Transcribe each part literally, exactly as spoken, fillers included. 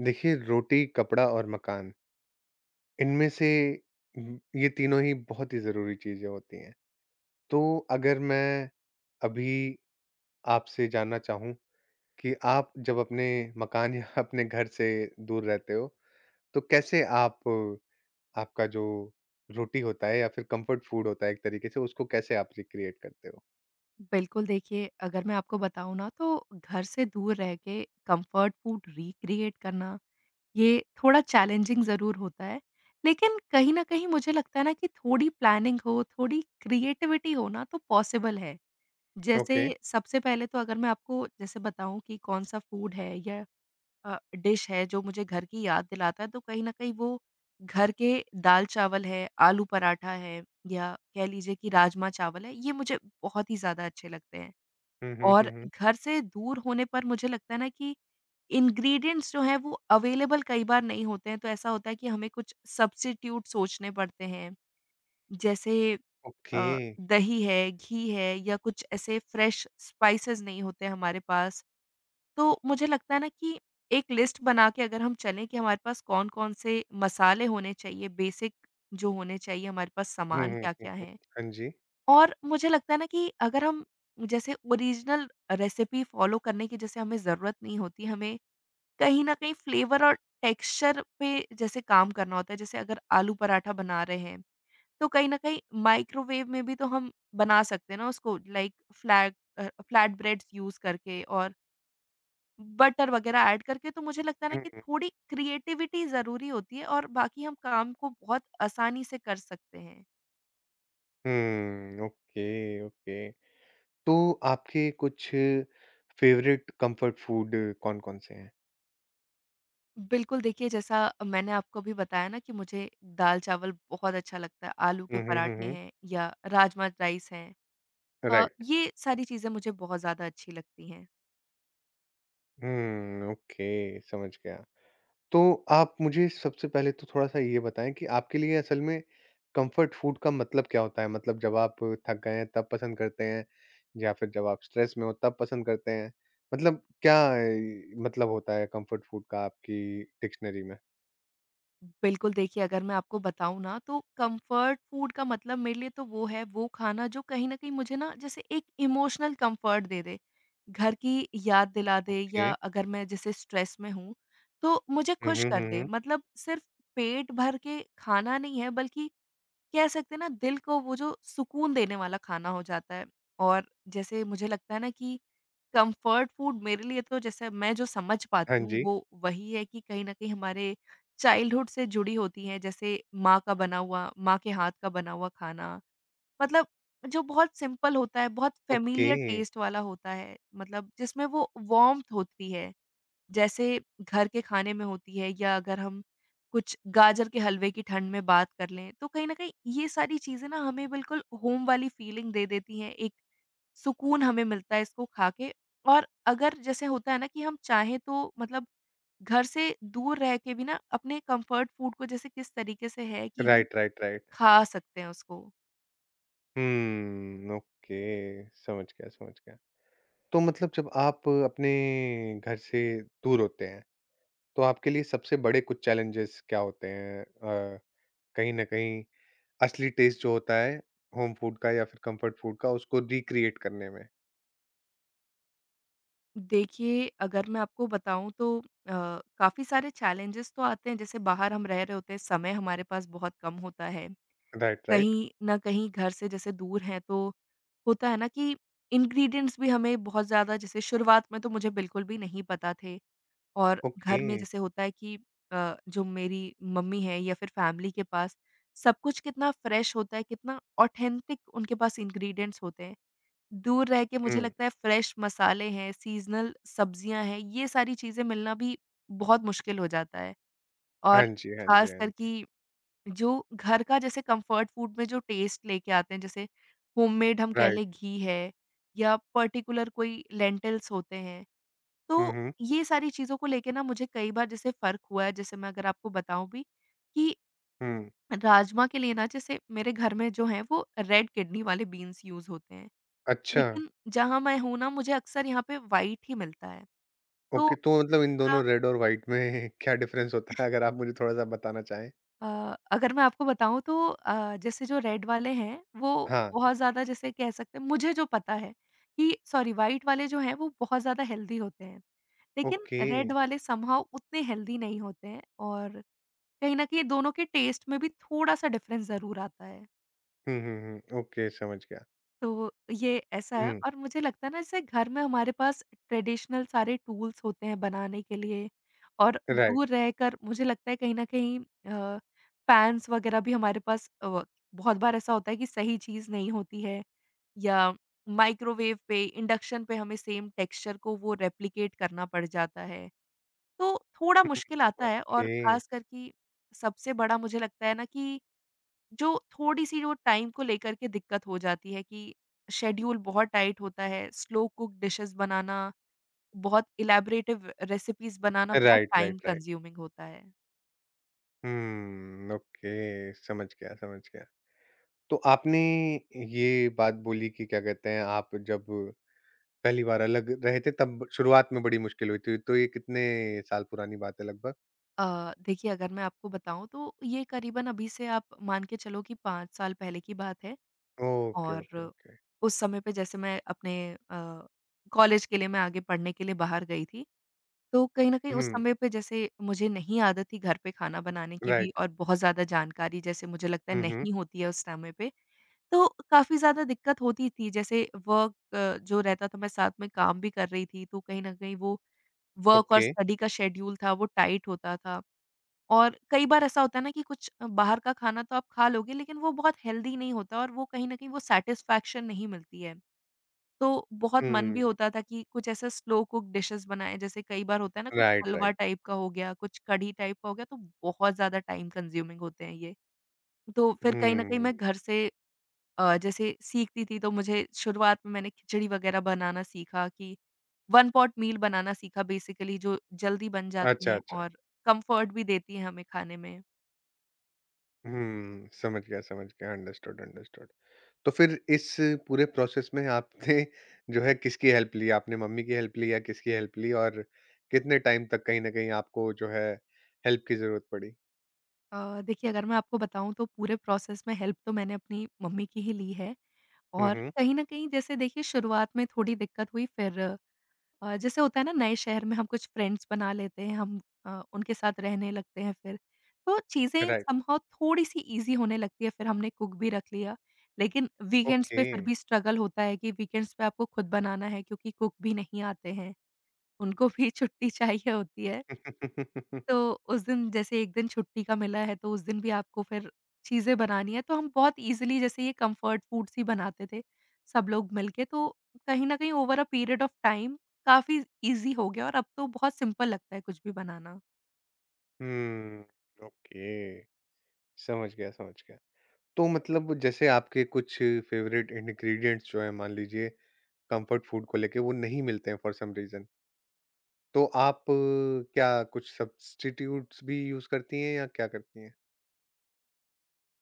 देखिए, रोटी, कपड़ा और मकान, इनमें से उम, ये तीनों ही बहुत ही ज़रूरी चीज़ें होती हैं। तो अगर मैं अभी आपसे जानना चाहूँ कि आप जब अपने मकान या अपने घर से दूर रहते हो, तो कैसे आप अ, आपका जो रोटी होता है या फिर कम्फर्ट फूड होता है एक तरीके से, उसको कैसे आप रिक्रिएट करते हो? बिल्कुल, देखिए अगर मैं आपको बताऊँ ना तो घर से दूर रह के कम्फर्ट फूड रिक्रिएट करना, ये थोड़ा चैलेंजिंग ज़रूर होता है। लेकिन कहीं न कहीं मुझे लगता है ना कि थोड़ी प्लानिंग हो, थोड़ी क्रिएटिविटी हो ना तो पॉसिबल है। जैसे ओके। सबसे पहले तो अगर मैं आपको जैसे बताऊँ कि कौन-सा फूड है या अ, डिश है जो मुझे घर की याद दिलाता है तो कहीं न कहीं वो घर के दाल-चावल है, आलू पराठा है या कह लीजिए कि राजमा-चावल है, ये मुझे बहुत ही ज़्यादा अच्छे लगते हैं। हुँ, हुँ, हुँ, और हुँ। घर से दूर होने पर मुझे लगता है ना कि इंग्रीडिएंट्स जो हैं वो अवेलेबल कई बार नहीं होते हैं, तो ऐसा होता है कि हमें कुछ सब्स्टिट्यूट सोचने पड़ते हैं। जैसे ओके। अ, दही है, घी है या कुछ ऐसे फ्रेश स्पाइसेस नहीं होते हमारे पास। तो मुझे लगता है ना कि एक लिस्ट बना के अगर हम चलें कि हमारे पास कौन-कौन से मसाले होने चाहिए, बेसिक जो होने चाहिए हमारे पास हुँ, सामान हुँ, हुँ, क्या-क्या हुँ। है। हाँ जी। और मुझे लगता है ना कि अगर हम जैसे ओरिजिनल रेसिपी फॉलो करने की जैसे हमें ज़रूरत नहीं होती, हमें कहीं न कहीं फ्लेवर और टेक्सचर पे जैसे काम करना होता है, जैसे अगर आलू पराठा बना रहे हैं, तो कहीं न कहीं माइक्रोवेव में भी तो हम बना सकते हैं ना उसको लाइक फ्लैट अ, फ्लैट ब्रेड्स यूज़ करके और बटर वग़ैरह ऐड करके, तो मुझे लगता है ना हुँ, कि हुँ। थोड़ी क्रिएटिविटी ज़रूरी होती है और बाकी हम काम को बहुत आसानी से कर सकते हैं। हुँ, ओके, ओके। तो आपके कुछ फेवरेट कंफर्ट फूड कौन-कौन से हैं? बिल्कुल, देखिए जैसा मैंने आपको अभी बताया ना कि मुझे दाल-चावल बहुत अच्छा लगता है, आलू के हुँ, हुँ, हुँ, पराठे हुँ। हैं या राजमा-राइस हैं। अ, राइट। ये सारी चीज़ें मुझे बहुत ज़्यादा अच्छी लगती हैं। हुँ, ओके समझ गया। तो आप मुझे सबसे पहले तो थोड़ा-सा ये बताएँ कि आपके लिए असल में कंफर्ट फूड का मतलब क्या होता है? मतलब जब आप थक गए हैं तब पसंद करते हैं या फिर जब आप स्ट्रेस में हो तब पसंद करते हैं? मतलब क्या अ, मतलब होता है कंफर्ट फूड का आपकी डिक्शनरी में? बिल्कुल, देखिए अगर मैं आपको बताऊँ ना तो कम्फ़र्ट फूड का मतलब मेरे लिए तो वो है, वो खाना जो कहीं न कहीं मुझे ना जैसे एक इमोशनल कम्फ़र्ट दे दे। घर की याद दिला दे ओके। या अगर मैं जैसे स्ट्रेस में हूँ, तो मुझे हुँ, खुश हुँ, कर हुँ, दे। हुँ। मतलब सिर्फ़ पेट भर के खाना नहीं है बल्कि कह सकते हैं ना दिल को वो जो सुकून देने वाला खाना हो जाता है। और जैसे मुझे लगता है ना कि कंफर्ट फूड मेरे लिए तो जैसे मैं जो समझ हाँ पाती हूँ जी। वो वही है कि कहीं न कहीं हमारे चाइल्डहुड से जुड़ी होती हैं, जैसे माँ का बना हुआ माँ के हाथ का बना हुआ खाना। मतलब जो बहुत सिंपल होता है, बहुत ओके। फ़ेेमिलियर टेस्ट वाला होता है, मतलब जिसमें वो वार्म्थ होती है। जैसे घर के खाने में होती है, या अगर हम कुछ गाजर के हलवे की ठंड में बात कर लें, तो कहीं न कहीं ये सारी चीज़ें ना हमें बिल्कुल होम वाली फीलिंग दे देती हैं, एक सुकून हमें मिलता है इसको खा के। और अगर जैसे होता है ना कि हम चाहें तो मतलब घर से दूर रह के भी ना अपने कम्फर्ट फूड को जैसे किस तरीके से है कि हम राइट, राइट, राइट। खा सकते हैं उसको। हुँ, ओके समझ गया, समझ गया। तो मतलब जब आप अपने घर से दूर होते हैं, तो आपके लिए सबसे बड़े कुछ चैलेंजेस क्या होते हैं? अ, कहीं न कहीं असली टेस्ट जो होता है होम फूड का या फिर कम्फर्ट फूड का उसको रिक्रिएट करने में। देखिए, अगर मैं आपको बताऊँ तो अ, काफ़ी सारे चैलेंजेज़ तो आते हैं, जैसे बाहर हम रह रहे होते हैं, समय हमारे पास बहुत कम होता है। Right, right. कहीं न कहीं घर से जैसे दूर हैं तो होता है ना कि इंग्रीडिएंट्स भी हमें बहुत ज़्यादा जैसे शुरुआत में तो मुझे बिल्कुल भी नहीं पता थे। और ओके। घर में जैसे होता है कि अ, जो मेरी मम्मी है या फिर फैमिली के पास सब कुछ कितना फ्रेश होता है, कितना ऑथेंटिक उनके पास इंग्रीडिएंट्स होते हैं। दूर रह के मुझे हुँ। लगता है फ्रेश मसाले हैं, सीज़नल सब्जियाँ हैं, ये सारी चीज़ें मिलना भी बहुत मुश्किल हो जाता है। और हाँ जी, हाँ जी, हाँ ख़ासकर जी। कि जो घर का जैसे कंफर्ट फूड में जो टेस्ट लेके आते हैं, जैसे होममेड हम कह राइट। लें घी है या पर्टिकुलर कोई लेंटिल्स होते हैं। हुँ, तो हुँ। ये सारी चीज़ों को लेके ना मुझे कई बार जैसे फ़र्क हुआ है, जैसे मैं अगर आपको बताऊँ भी कि हुँ। राजमा के लिए ना जैसे मेरे घर में जो है वो रेड किडनी वाले बीन्स यूज़ होते हैं। अच्छा, लेकिन जहाँ मैं हूँ ना मुझे अक्सर यहाँ पे व्हाइट ही मिलता है। तो ओके तो मतलब इन थोड़ा दोनों रेड और व्हाइट में क्या डिफरेंस होता है? अगर आप मुझे थोड़ा-सा बताना चाहें? अ, अगर मैं आपको बताऊँ तो अ, जैसे जो रेड वाले हैं, वो हाँ, बहुत ज़्यादा जैसे कह सकते हैं मुझे जो पता है कि, सॉरी, व्हाइट वाले जो हैं वो बहुत ज़्यादा हेल्दी होते हैं। लेकिन ओके। रेड वाले समहाउ उतने हेल्दी नहीं होते हैं, और कहीं न कहीं दोनों के टेस्ट में भी थोड़ा-सा डिफ़रेंस ज़रूर आता है। हुँ, हुँ, हुँ। ओके, समझ गया। तो ये ऐसा है, हुँ, और मुझे लगता है ना जैसे घर में हमारे पास ट्रेडिशनल सारे टूल्स होते हैं बनाने के लिए। और दूर राइट, रहकर मुझे लगता है कहीं ना कहीं पैंस वगैरह भी हमारे पास अ, बहुत बार ऐसा होता है कि सही चीज़ नहीं होती है, या माइक्रोवेव पे इंडक्शन पे हमें सेम टेक्सचर को वो रेप्लिकेट करना पड़ जाता है, तो थोड़ा मुश्किल आता है। ओके। और खास करके सबसे बड़ा मुझे लगता है ना कि जो थोड़ी-सी जो टाइम को लेकर के दिक्कत हो जाती है, कि शेड्यूल बहुत टाइट होता है, स्लो कुक डिशेज़ बनाना, बहुत इलैबोरेटिव रेसिपीज़ बनाना बहुत right, time right, right. Consuming होता है। हुँ, ओके, समझ गया, समझ गया। तो आपने ये बात बोली कि क्या कहते हैं, आप जब पहली बार अलग रहे थे, तब शुरुआत में बड़ी मुश्किल हुई थी। तो ये कितने साल पुरानी बात है लगभग? अ, देखिए, अगर मैं आपको बताऊँ तो ये करीबन अभी से आप मान के चलो कि पाँच साल पहले की बात है। ओके, ओके, और ओके। उस समय पे जैसे मैं अपने अ, कॉलेज के लिए, मैं आगे पढ़ने के लिए बाहर गई थी। तो कहीं न कहीं उस हुँ, समय पे जैसे मुझे नहीं आदत थी घर पे खाना बनाने की भी, राइट। और बहुत ज़्यादा जानकारी जैसे मुझे लगता है हुँ, हुँ, नहीं होती है उस समय पे, तो काफ़ी ज़्यादा दिक्कत होती थी। जैसे वर्क अ, जो रहता था, मैं साथ में काम भी कर रही थी, तो कहीं न कहीं वो वर्क और ओके। स्टडी का शेड्यूल था वो टाइट होता था। और कई बार ऐसा होता है ना कि कुछ अ, बाहर का खाना तो आप खा लोगे, लेकिन वो बहुत हेल्दी नहीं होता, और वो कहीं न कहीं वो सैटिस्फैक्शन नहीं मिलती है। तो बहुत मन भी हुँ, होता था कि कुछ ऐसा स्लो कुक डिशेस बनाएँ, जैसे कई बार होता है ना कुछ राइट, हलवा राइट। टाइप का हो गया, कुछ कढ़ी टाइप का हो गया, तो बहुत ज़्यादा टाइम कंज्यूमिंग होते हैं ये। तो फिर कहीं न कहीं हुँ, मैं घर से अ, जैसे सीखती थी, तो मुझे शुरुआत में मैंने खिचड़ी वगैरह बनाना सीखा, कि वन पॉट मील बनाना सीखा बेसिकली, जो जल्दी बन जाती अच्छा, हैं अच्छा। और कम्फर्ट भी देती हैं हमें खाने में। हुँ, समझ गया, समझ गया। Understood, understood. तो फिर इस पूरे प्रोसेस में आपने जो है किसकी हेल्प ली? आपने मम्मी की हेल्प ली या किसकी हेल्प ली और कितने टाइम तक कहीं न कहीं आपको जो है हेल्प की ज़रूरत पड़ी? अ, देखिए, अगर मैं आपको बताऊँ तो पूरे प्रोसेस में हेल्प तो मैंने अपनी मम्मी की ही ली है। हुँ, और हुँ। कहीं न कहीं जैसे देखिए शुरुआत में थोड़ी दिक्कत हुई, फिर अ, जैसे होता है ना नए शहर में हम कुछ फ्रेंड्स बना लेते हैं, हम अ, उनके साथ रहने लगते हैं फिर। तो चीज़ें राइट, समहाउ थोड़ी-सी ईज़ी होने लगती है, फिर हमने कुक भी रख लिया। लेकिन वीकेंड्स ओके। पे फिर भी स्ट्रगल होता है कि वीकेंड्स पे आपको खुद बनाना है, क्योंकि कुक भी नहीं आते हैं, उनको भी छुट्टी चाहिए होती है। तो उस दिन जैसे एक दिन छुट्टी का मिला है, तो उस दिन भी आपको फिर चीज़ें बनानी है, तो हम बहुत ईज़िली जैसे ये कम्फर्ट फूड्स ही बनाते थे, सब लोग मिलके। तो कहीं न कहीं over uh period of time काफ़ी ईज़ी हो गया, और अब तो बहुत सिंपल लगता है कुछ भी बनाना। हुँ, ओके। समझ गया, समझ गया। तो मतलब जैसे आपके कुछ फेवरेट इंग्रीडिएंट्स जो हैं मान लीजिए कंफर्ट फूड को लेके वो नहीं मिलते हैं फॉर सम रीज़न तो आप अ, क्या कुछ सब्स्टिट्यूट्स भी यूज़ करती हैं या क्या करती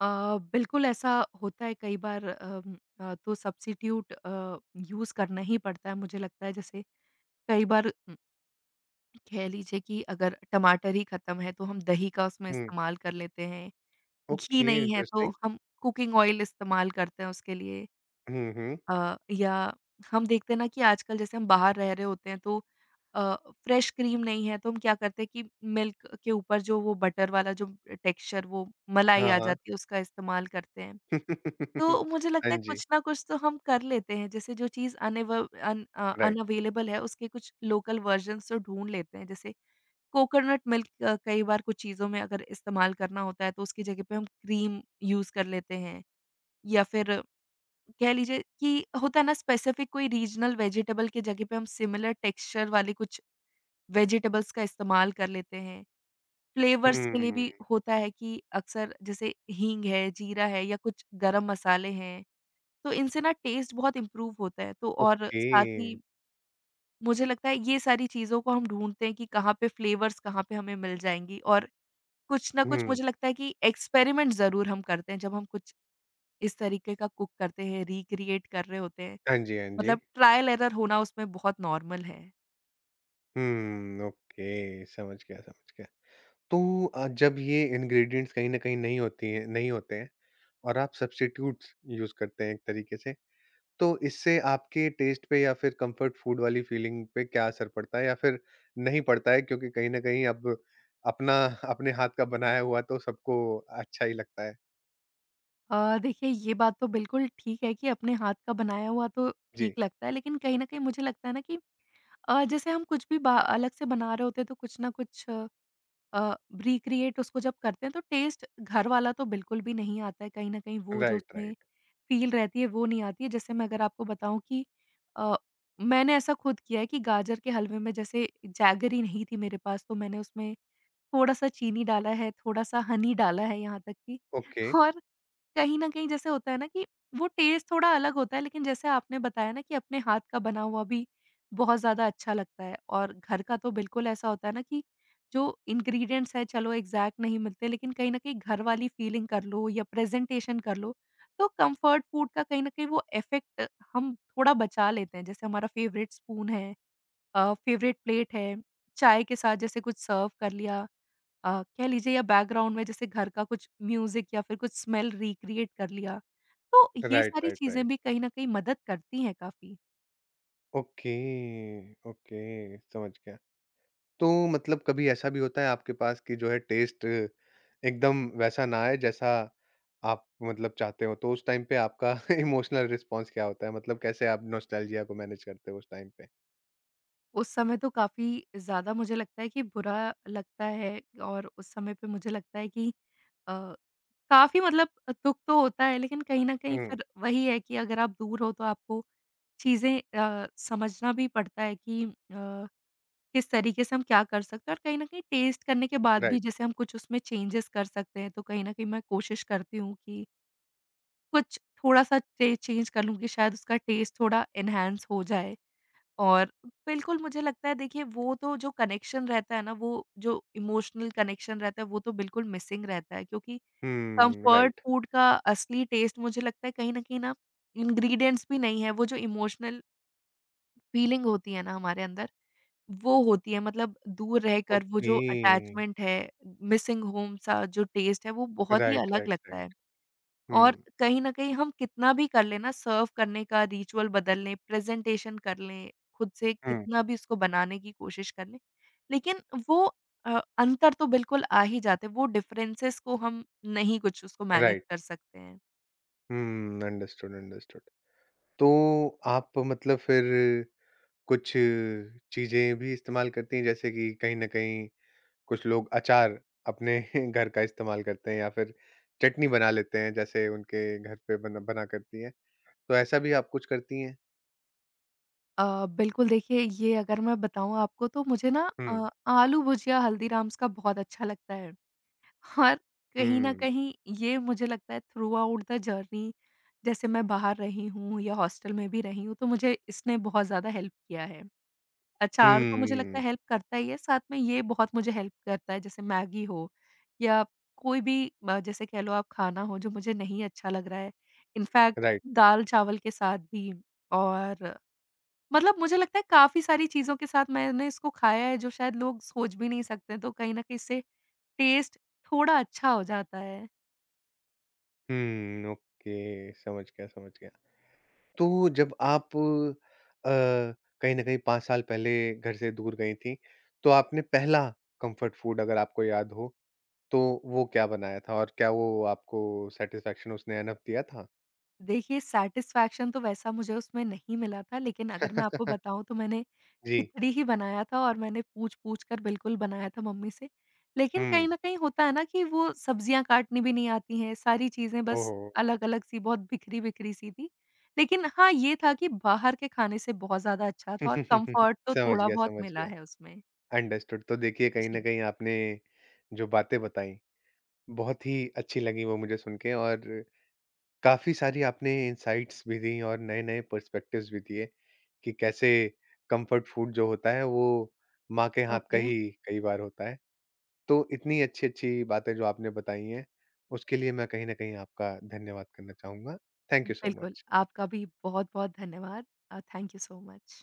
अ, बिल्कुल ऐसा होता है कई बार, अम, अ, तो सब्स्टिट्यूट अ, यूज़ करना ही पड़ता है, मुझे लगता है। जैसे कई बार, उम, कह लीजिए कि अगर टमाटर ही खत्म है, तो हम दही का उसमें हैं? इस्तेमाल कर लेते हैं। घी ओके, नहीं है तो इंटरेस्टिंग। हम कुकिंग ऑयल इस्तेमाल करते हैं उसके लिए। हुँ, हुँ। अ, या हम देखते हैं ना कि आजकल जैसे हम बाहर रह रहे होते हैं, तो अ, फ्रेश क्रीम नहीं है, तो हम क्या करते हैं कि मिल्क के ऊपर जो वो बटर वाला जो टेक्सचर, वो मलाई हाँ, आ हाँ। जाती है, उसका इस्तेमाल करते हैं। तो मुझे हाँ लगता है जी, कुछ ना कुछ तो हम कर लेते हैं, जैसे जो चीज़ अनएव अन अ, राइट। अनअवेलेबल है, उसके कुछ लोकल वर्जन्स तो ढूँढ लेते हैं। जैसे कोकोनट मिल्क अ, कई बार कुछ चीज़ों में अगर इस्तेमाल करना होता है, तो उसकी जगह पे हम क्रीम यूज़ कर लेते हैं, या फिर कह लीजिए कि होता है ना स्पेसिफिक कोई रीजनल वेजिटेबल की जगह पे हम सिमिलर टेक्सचर वाले कुछ वेजिटेबल्स का इस्तेमाल कर लेते हैं। फ्लेवर्स के लिए भी हम्म, होता है कि अक्सर जैसे हींग है, जीरा है या कुछ गरम मसाले हैं, तो इनसे ना टेस्ट बहुत इम्प्रूव होता है। तो और ओके। साथ ही मुझे लगता है ये सारी चीज़ों को हम ढूँढते हैं कि कहाँ पे फ्लेवर्स, कहाँ पे हमें मिल जाएँगी। और कुछ ना कुछ हुँ। मुझे लगता है कि एक्सपेरिमेंट ज़रूर हम करते हैं, जब हम कुछ इस तरीके का कुक करते हैं, रिक्रिएट कर रहे होते हैं। हाँ जी, हाँ जी। मतलब ट्रायल एरर होना उसमें बहुत नॉर्मल है। हुँ, ओके, समझ गया, समझ गया। तो अ, जब ये इंग्रीडिएंट्स कहीं न कहीं नहीं होती हैं नहीं होते हैं और आप सब्स्टिट्यूट्स यूज़ करते हैं एक तरीके से, तो इससे आपके टेस्ट पे या फिर कम्फर्ट फूड वाली फीलिंग पे क्या असर पड़ता है या फिर नहीं पड़ता है क्योंकि कहीं न कहीं अब अपना अपने हाथ का बनाया हुआ तो सबको अच्छा ही लगता है? अ, देखिए ये बात तो बिल्कुल ठीक है कि अपने हाथ का बनाया हुआ तो जी। ठीक लगता है, लेकिन कहीं न कहीं मुझे लगता है ना कि अ, जैसे हम कुछ भी बा अलग से बना रहे होते हैं तो कुछ ना कुछ अ, रिक्रिएट उसको जब करते हैं तो टेस्ट घर वाला तो बिल्कुल भी नहीं आता है। कहीं न कहीं वो जो राइट, उसमें राइट, फ़ील रहती है वो नहीं आती है। जैसे मैं अगर आपको बताऊँ कि अ, मैंने ऐसा खुद किया है कि गाजर के हलवे में जैसे जैगरी नहीं थी मेरे पास, तो मैंने उसमें थोड़ा-सा चीनी डाला है, थोड़ा-सा हनी डाला है, यहाँ तक कि ओके, और कहीं न कहीं जैसे होता है ना कि वो टेस्ट थोड़ा अलग होता है। लेकिन जैसे आपने बताया ना कि अपने हाथ का बना हुआ भी बहुत ज़्यादा अच्छा लगता है, और घर का तो बिल्कुल ऐसा होता है ना कि जो इंग्रीडिएंट्स हैं, चलो एग्ज़ैक्ट नहीं मिलते, लेकिन कहीं न कहीं घर वाली फीलिंग कर लो या प्रेज़ेंटेशन कर लो, तो कम्फ़र्ट फूड का कहीं न कहीं वो इफ़ेक्ट हम थोड़ा बचा लेते हैं। जैसे हमारा फ़ेवरेट स्पून है, अ, फ़ेवरेट प्लेट है, चाय के साथ जैसे कुछ सर्व कर लिया, अ, कह लीजिए, या बैकग्राउंड में जैसे घर का कुछ म्यूज़िक या फिर कुछ स्मेल रिक्रिएट कर लिया। तो ये राइट, सारी राइट, राइट, चीज़ें भी कहीं न कहीं मदद करती हैं काफ़ी। ओके, ओके, समझ गया। तो मतलब कभी ऐसा भी होता है आपके पास कि जो है टेस्ट एकदम वैसा ना आए जैसा आप मतलब चाहते हो तो उस टाइम पे आपका इमोशनल रिस्पॉन्स क्या होता है मतलब कैसे आप नॉस्टैल्जिया को मैनेज करते हो उस टाइम पे? उस समय तो काफ़ी ज़्यादा मुझे लगता है कि बुरा लगता है, और उस समय पे मुझे लगता है कि अ, काफ़ी मतलब दुःख तो होता है, लेकिन कहीं न कहीं हम्म, फिर वही है कि अगर आप दूर हो तो आपको चीज़ें अ, समझना भी पड़ता है कि अ किस तरीके से हम क्या कर सकते हैं, और कहीं न कहीं टेस्ट करने के बाद राइट, भी जैसे हम कुछ उसमें चेंजेस कर सकते हैं, तो कहीं न कहीं मैं कोशिश करती हूँ कि कुछ थोड़ा-सा टे चेंज कर लूँ कि शायद उसका टेस्ट थोड़ा एनहांस हो जाए। और बिल्कुल मुझे लगता है, देखिए, वो तो जो कनेक्शन रहता है ना, वो जो इमोशनल कनेक्शन रहता है वो तो बिल्कुल मिसिंग रहता है, क्योंकि हम्म, कंफर्ट राइट, फूड का असली टेस्ट मुझे लगता है कहीं न कहीं ना इंग्रीडिएंट्स भी नहीं है, वो जो इमोशनल फीलिंग होती है ना हमारे अंदर वो होती है। मतलब दूर रहकर वो ओके, जो अटैचमेंट है, मिसिंग होम सा जो टेस्ट है, वो बहुत ही राइट, अलग राइट, लगता है। राइट, और हम्म, कहीं न कहीं हम कितना भी कर लें ना, सर्व करने का रिचुअल बदल लें, प्रेज़ेंटेशन कर लें, खुद से हम्म, कितना भी उसको बनाने की कोशिश कर लें, लेकिन वो अ, अंतर तो बिल्कुल आ ही जाते हैं। वो डिफरेंसेस को हम नहीं कुछ उसको मैनेज राइट, कर सकते हैं। हम्म, अंडरस्टूड, अंडरस्टूड। तो आप मतलब फिर कुछ चीज़ें भी इस्तेमाल करती हैं, जैसे कि कहीं न कहीं कुछ लोग अचार अपने घर का इस्तेमाल करते हैं या फिर चटनी बना लेते हैं, जैसे उनके घर पे बना बना करती हैं। तो ऐसा भी आप कुछ करती हैं? अ, बिल्कुल, देखिए, ये अगर मैं बताऊँ आपको, तो मुझे ना हुँ, अ, आलू भुजिया हल्दीराम्स का बहुत अच्छा लगता है। और कहीं न हुँ, कहीं ये मुझे लगता है थ्रूआउट द जर्नी, जैसे मैं बाहर रही हूँ या हॉस्टल में भी रही हूँ, तो मुझे इसने बहुत ज़्यादा हेल्प किया है। अचार तो मुझे लगता हुँ, है हेल्प करता ही है, साथ में ये बहुत मुझे हेल्प करता है, जैसे मैगी हो या कोई भी अ, जैसे कह लो आप खाना हो जो मुझे नहीं अच्छा लग रहा है। In fact right. दाल-चावल के साथ भी, और मतलब मुझे लगता है काफ़ी सारी चीज़ों के साथ मैंने इसको खाया है जो शायद लोग सोच भी नहीं सकते हैं, तो कहीं न कहीं इससे टेस्ट थोड़ा अच्छा हो जाता है। हुँ, ओके, समझ गया, समझ गया। तो जब आप अ, कहीं न कहीं पाँच साल पहले घर से दूर गई थीं, तो आपने पहला कम्फ़र्ट फ़ूड अगर आपको याद हो तो वो क्या बनाया था और क्या वो आपको सैटिस्फैक्शन उसने एनफ दिया था? देखिए, सैटिस्फैक्शन तो वैसा मुझे उसमें नहीं मिला था, लेकिन अगर मैं आपको बताऊँ, तो मैंने जी। खिचड़ी ही बनाया था, और मैंने पूछ-पूछ कर बिल्कुल बनाया था मम्मी से। लेकिन हुँ। कहीं न कहीं होता है ना कि वो सब्जियाँ काटनी भी नहीं आती हैं, सारी चीज़ें बस ओहो! अलग-अलग सी, बहुत बिखरी-बिखरी सी थी। लेकिन हाँ, ये था कि बाहर के खाने से बहुत ज़्यादा अच्छा था और कम्फर्ट तो समझ थोड़ा गया, बहुत समझ मिला गया। है उसमें। अंडरस्टूड। तो देखिए कहीं न जी। कहीं आपने जो बातें बताई, बहुत ही अच्छी लगी वो मुझे सुन के और काफ़ी सारी आपने इनसाइट्स भी दी और नए-नए पर्सपेक्टिव्स भी दिए कि कैसे कंफर्ट फूड जो होता है वो माँ के हाथ का ओके। ही कई बार होता है। तो इतनी अच्छी-अच्छी बातें जो आपने बताई हैं, उसके लिए मैं कहीं न कहीं आपका धन्यवाद करना चाहूँगा। थैंक यू सो बिल्कुल, मच। आपका भी बहुत-बहुत धन्यवाद। अ, थैंक यू सो मच।